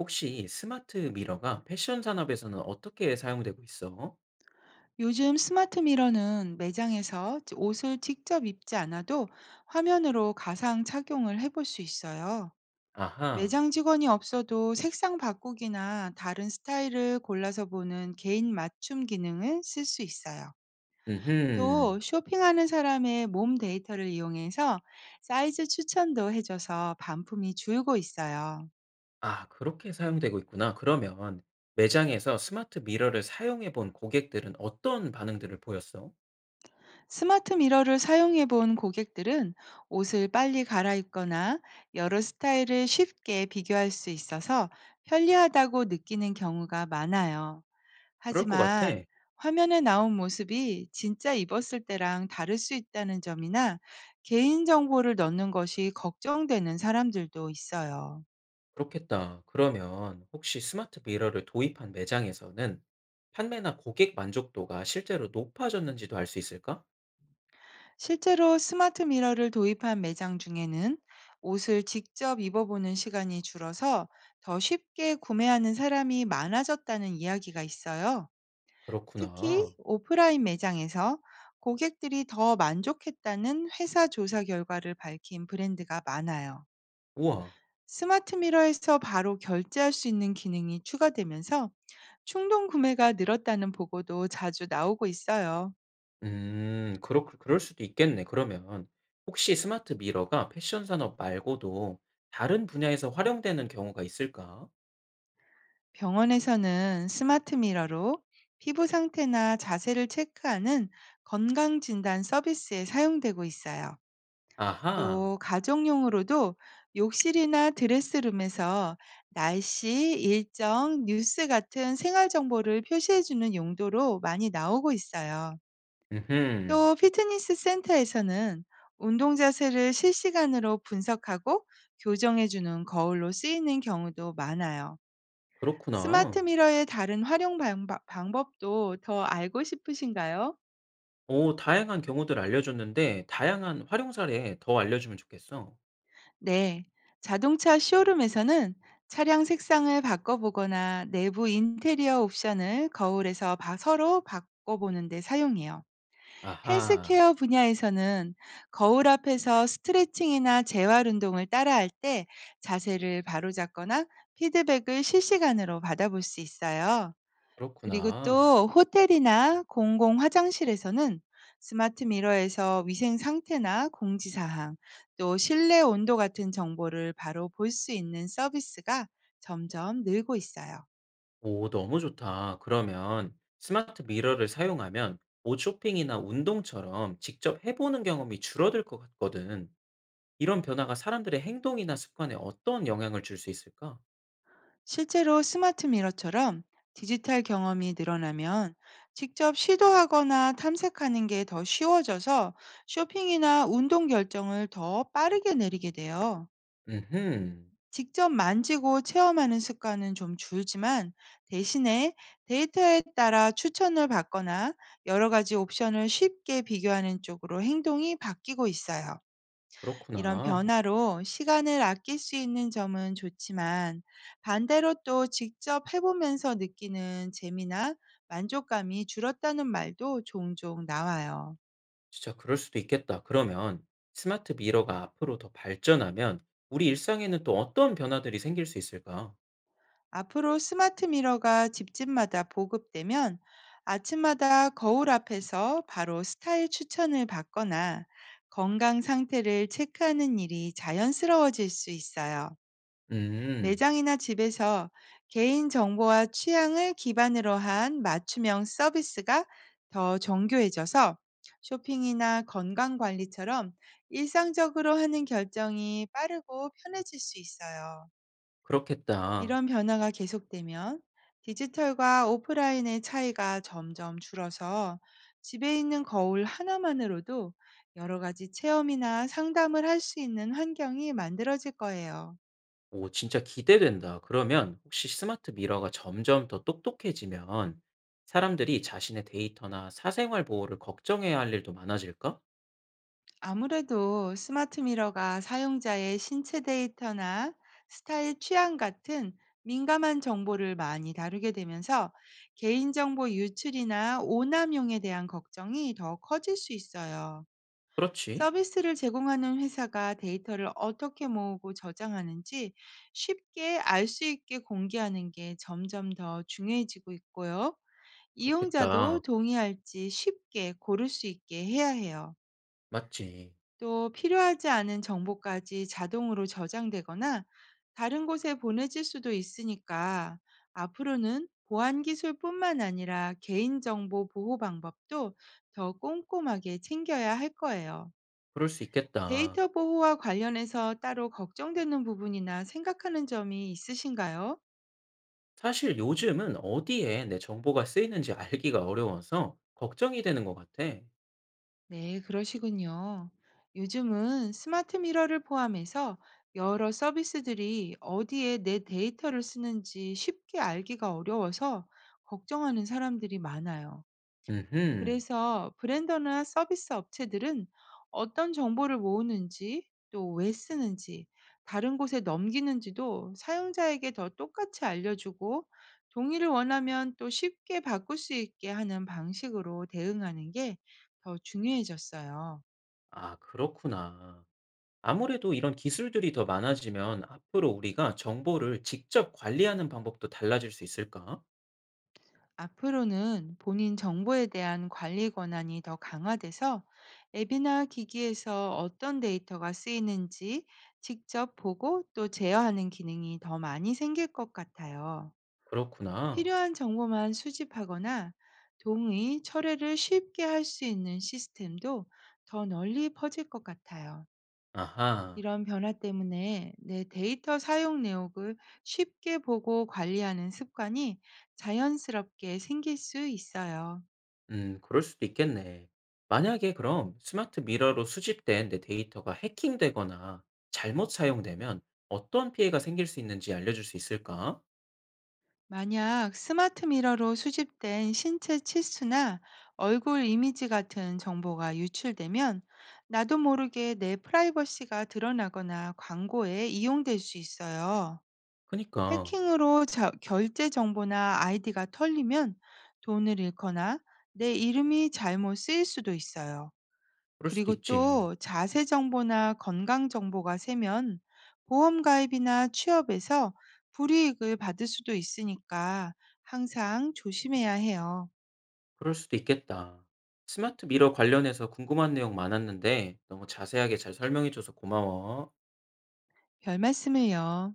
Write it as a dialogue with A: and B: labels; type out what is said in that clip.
A: 혹시 스마트 미러가 패션 산업에서는 어떻게 사용되고 있어?
B: 요즘 스마트 미러는 매장에서 옷을 직접 입지 않아도 화면으로 가상 착용을 해볼 수 있어요.
A: 아하,
B: 매장 직원이 없어도 색상 바꾸기나 다른 스타일을 골라서 보는 개인 맞춤 기능을 쓸 수 있어요. 또
A: 음흠.
B: 쇼핑하는 사람의 몸 데이터를 이용해서 사이즈 추천도 해줘서 반품이 줄고 있어요.
A: 아, 그렇게 사용되고 있구나. 그러면 매장에서 스마트 미러를 사용해 본 고객들은 어떤 반응들을 보였어?
B: 스마트 미러를 사용해 본 고객들은 옷을 빨리 갈아입거나 여러 스타일을 쉽게 비교할 수 있어서 편리하다고 느끼는 경우가 많아요.
A: 그럴 것 같아.
B: 하지만 화면에 나온 모습이 진짜 입었을 때랑 다를 수 있다는 점이나 개인정보를 넣는 것이 걱정되는 사람들도 있어요.
A: 그렇겠다. 그러면 혹시 스마트 미러를 도입한 매장에서는 판매나 고객 만족도가 실제로 높아졌는지도 알 수 있을까?
B: 실제로 스마트 미러를 도입한 매장 중에는 옷을 직접 입어보는 시간이 줄어서 더 쉽게 구매하는 사람이 많아졌다는 이야기가 있어요.
A: 그렇구나.
B: 특히 오프라인 매장에서 고객들이 더 만족했다는 회사 조사 결과를 밝힌 브랜드가 많아요.
A: 우와.
B: 스마트 미러에서 바로 결제할 수 있는 기능이 추가되면서 충동 구매가 늘었다는 보고도 자주 나오고 있어요.
A: 음. 그렇 그럴 수도 있겠네 그러면. 혹시 스마트 미러가 패션 산업 말고도 다른 분야에서 활용되는 경우가 있을까?
B: 병원에서는 스마트 미러로 피부 상태나 자세를 체크하는 건강 진단 서비스에 사용되고 있어요.
A: 아하.
B: 또 가정용으로도 욕실이나 드레스룸에서 날씨, 일정, 뉴스 같은 생활 정보를 표시해주는 용도로 많이 나오고 있어요.
A: 음흠.
B: 또 피트니스 센터에서는 운동 자세를 실시간으로 분석하고 교정해주는 거울로 쓰이는 경우도 많아요. 스마트
A: 그렇구나.
B: 미러의 다른 활용 방바 방법도 더 알고 싶으신가요?
A: 오, 다양한 경우들 알려줬는데 다양한 활용 사례 더 알려주면 좋겠어.
B: 네. 자동차 쇼룸에서는 차량 색상을 바꿔보거나 내부 인테리어 옵션을 거울에서 서로 바꿔보는 데 사용해요.
A: 아하.
B: 헬스케어 분야에서는 거울 앞에서 스트레칭이나 재활 운동을 따라할 때 자세를 바로잡거나 피드백을 실시간으로 받아볼 수 있어요. 그리고
A: 그렇구나.
B: 또 호텔이나 공공 화장실에서는 스마트 미러에서 위생 상태나 공지 사항, 또 실내 온도 같은 정보를 바로 볼 수 있는 서비스가 점점 늘고 있어요.
A: 오, 너무 좋다. 그러면 스마트 미러를 사용하면 옷 쇼핑이나 운동처럼 직접 해 보는 경험이 줄어들 것 같거든. 이런 변화가 사람들의 행동이나 습관에 어떤 영향을 줄 수 있을까?
B: 실제로 스마트 미러처럼 디지털 경험이 늘어나면 직접 시도하거나 탐색하는 게 더 쉬워져서 쇼핑이나 운동 결정을 더 빠르게 내리게 돼요.
A: 음흠.
B: 직접 만지고 체험하는 습관은 좀 줄지만, 대신에 데이터에 따라 추천을 받거나 여러 가지 옵션을 쉽게 비교하는 쪽으로 행동이 바뀌고 있어요. 이런
A: 그렇구나.
B: 변화로 시간을 아낄 수 있는 점은 좋지만, 반대로 또 직접 해보면서 느끼는 재미나 만족감이 줄었다는 말도 종종 나와요.
A: 진짜 그럴 수도 있겠다. 그러면 스마트 미러가 앞으로 더 발전하면 우리 일상에는 또 어떤 변화들이 생길 수 있을까?
B: 앞으로 스마트 미러가 집집마다 보급되면 아침마다 거울 앞에서 바로 스타일 추천을 받거나 건강 상태를 체크하는 일이 자연스러워질 수 있어요.
A: 음,
B: 매장이나 집에서 개인 정보와 취향을 기반으로 한 맞춤형 서비스가 더 정교해져서 쇼핑이나 건강 관리처럼 일상적으로 하는 결정이 빠르고 편해질 수 있어요.
A: 그렇겠다.
B: 이런 변화가 계속되면 디지털과 오프라인의 차이가 점점 줄어서 집에 있는 거울 하나만으로도 여러 가지 체험이나 상담을 할 수 있는 환경이 만들어질 거예요.
A: 오, 진짜 기대된다. 그러면 혹시 스마트 미러가 점점 더 똑똑해지면 사람들이 자신의 데이터나 사생활 보호를 걱정해야 할 일도 많아질까?
B: 아무래도 스마트 미러가 사용자의 신체 데이터나 스타일 취향 같은 민감한 정보를 많이 다루게 되면서 개인정보 유출이나 오남용에 대한 걱정이 더 커질 수 있어요.
A: 그렇지.
B: 서비스를 제공하는 회사가 데이터를 어떻게 모으고 저장하는지 쉽게 알 수 있게 공개하는 게 점점 더 중요해지고 있고요. 이용자도
A: 그렇겠다.
B: 동의할지 쉽게 고를 수 있게 해야 해요.
A: 맞지.
B: 또 필요하지 않은 정보까지 자동으로 저장되거나 다른 곳에 보내질 수도 있으니까 앞으로는 보안 기술뿐만 아니라 개인정보 보호 방법도 더 꼼꼼하게 챙겨야 할 거예요.
A: 그럴 수 있겠다.
B: 데이터 보호와 관련해서 따로 걱정되는 부분이나 생각하는 점이 있으신가요?
A: 사실 요즘은 어디에 내 정보가 쓰이는지 알기가 어려워서 걱정이 되는 것 같아.
B: 네, 그러시군요. 요즘은 스마트 미러를 포함해서 여러 서비스들이 어디에 내 데이터를 쓰는지 쉽게 알기가 어려워서 걱정하는 사람들이 많아요.
A: 음흠.
B: 그래서 브랜더나 서비스 업체들은 어떤 정보를 모으는지, 또 왜 쓰는지, 다른 곳에 넘기는지도 사용자에게 더 똑같이 알려주고, 동의를 원하면 또 쉽게 바꿀 수 있게 하는 방식으로 대응하는 게 더 중요해졌어요.
A: 아, 그렇구나. 아무래도 이런 기술들이 더 많아지면 앞으로 우리가 정보를 직접 관리하는 방법도 달라질 수 있을까?
B: 앞으로는 본인 정보에 대한 관리 권한이 더 강화돼서 앱이나 기기에서 어떤 데이터가 쓰이는지 직접 보고 또 제어하는 기능이 더 많이 생길 것 같아요.
A: 그렇구나.
B: 필요한 정보만 수집하거나 동의, 철회를 쉽게 할 수 있는 시스템도 더 널리 퍼질 것 같아요.
A: 아하.
B: 이런 변화 때문에 내 데이터 사용 내역을 쉽게 보고 관리하는 습관이 자연스럽게 생길 수 있어요.
A: 그럴 수도 있겠네. 만약에 그럼 스마트 미러로 수집된 내 데이터가 해킹되거나 잘못 사용되면 어떤 피해가 생길 수 있는지 알려줄 수 있을까?
B: 만약 스마트 미러로 수집된 신체 치수나 얼굴 이미지 같은 정보가 유출되면 나도 모르게 내 프라이버시가 드러나거나 광고에 이용될 수 있어요.
A: 그니까,
B: 해킹으로 결제 정보나 아이디가 털리면 돈을 잃거나 내 이름이 잘못 쓰일 수도 있어요.
A: 그럴 수도
B: 그리고
A: 있지.
B: 또 자세 정보나 건강 정보가 세면 보험 가입이나 취업에서 불이익을 받을 수도 있으니까 항상 조심해야 해요.
A: 그럴 수도 있겠다. 스마트 미러 관련해서 궁금한 내용 많았는데 너무 자세하게 잘 설명해줘서 고마워.
B: 별 말씀을요.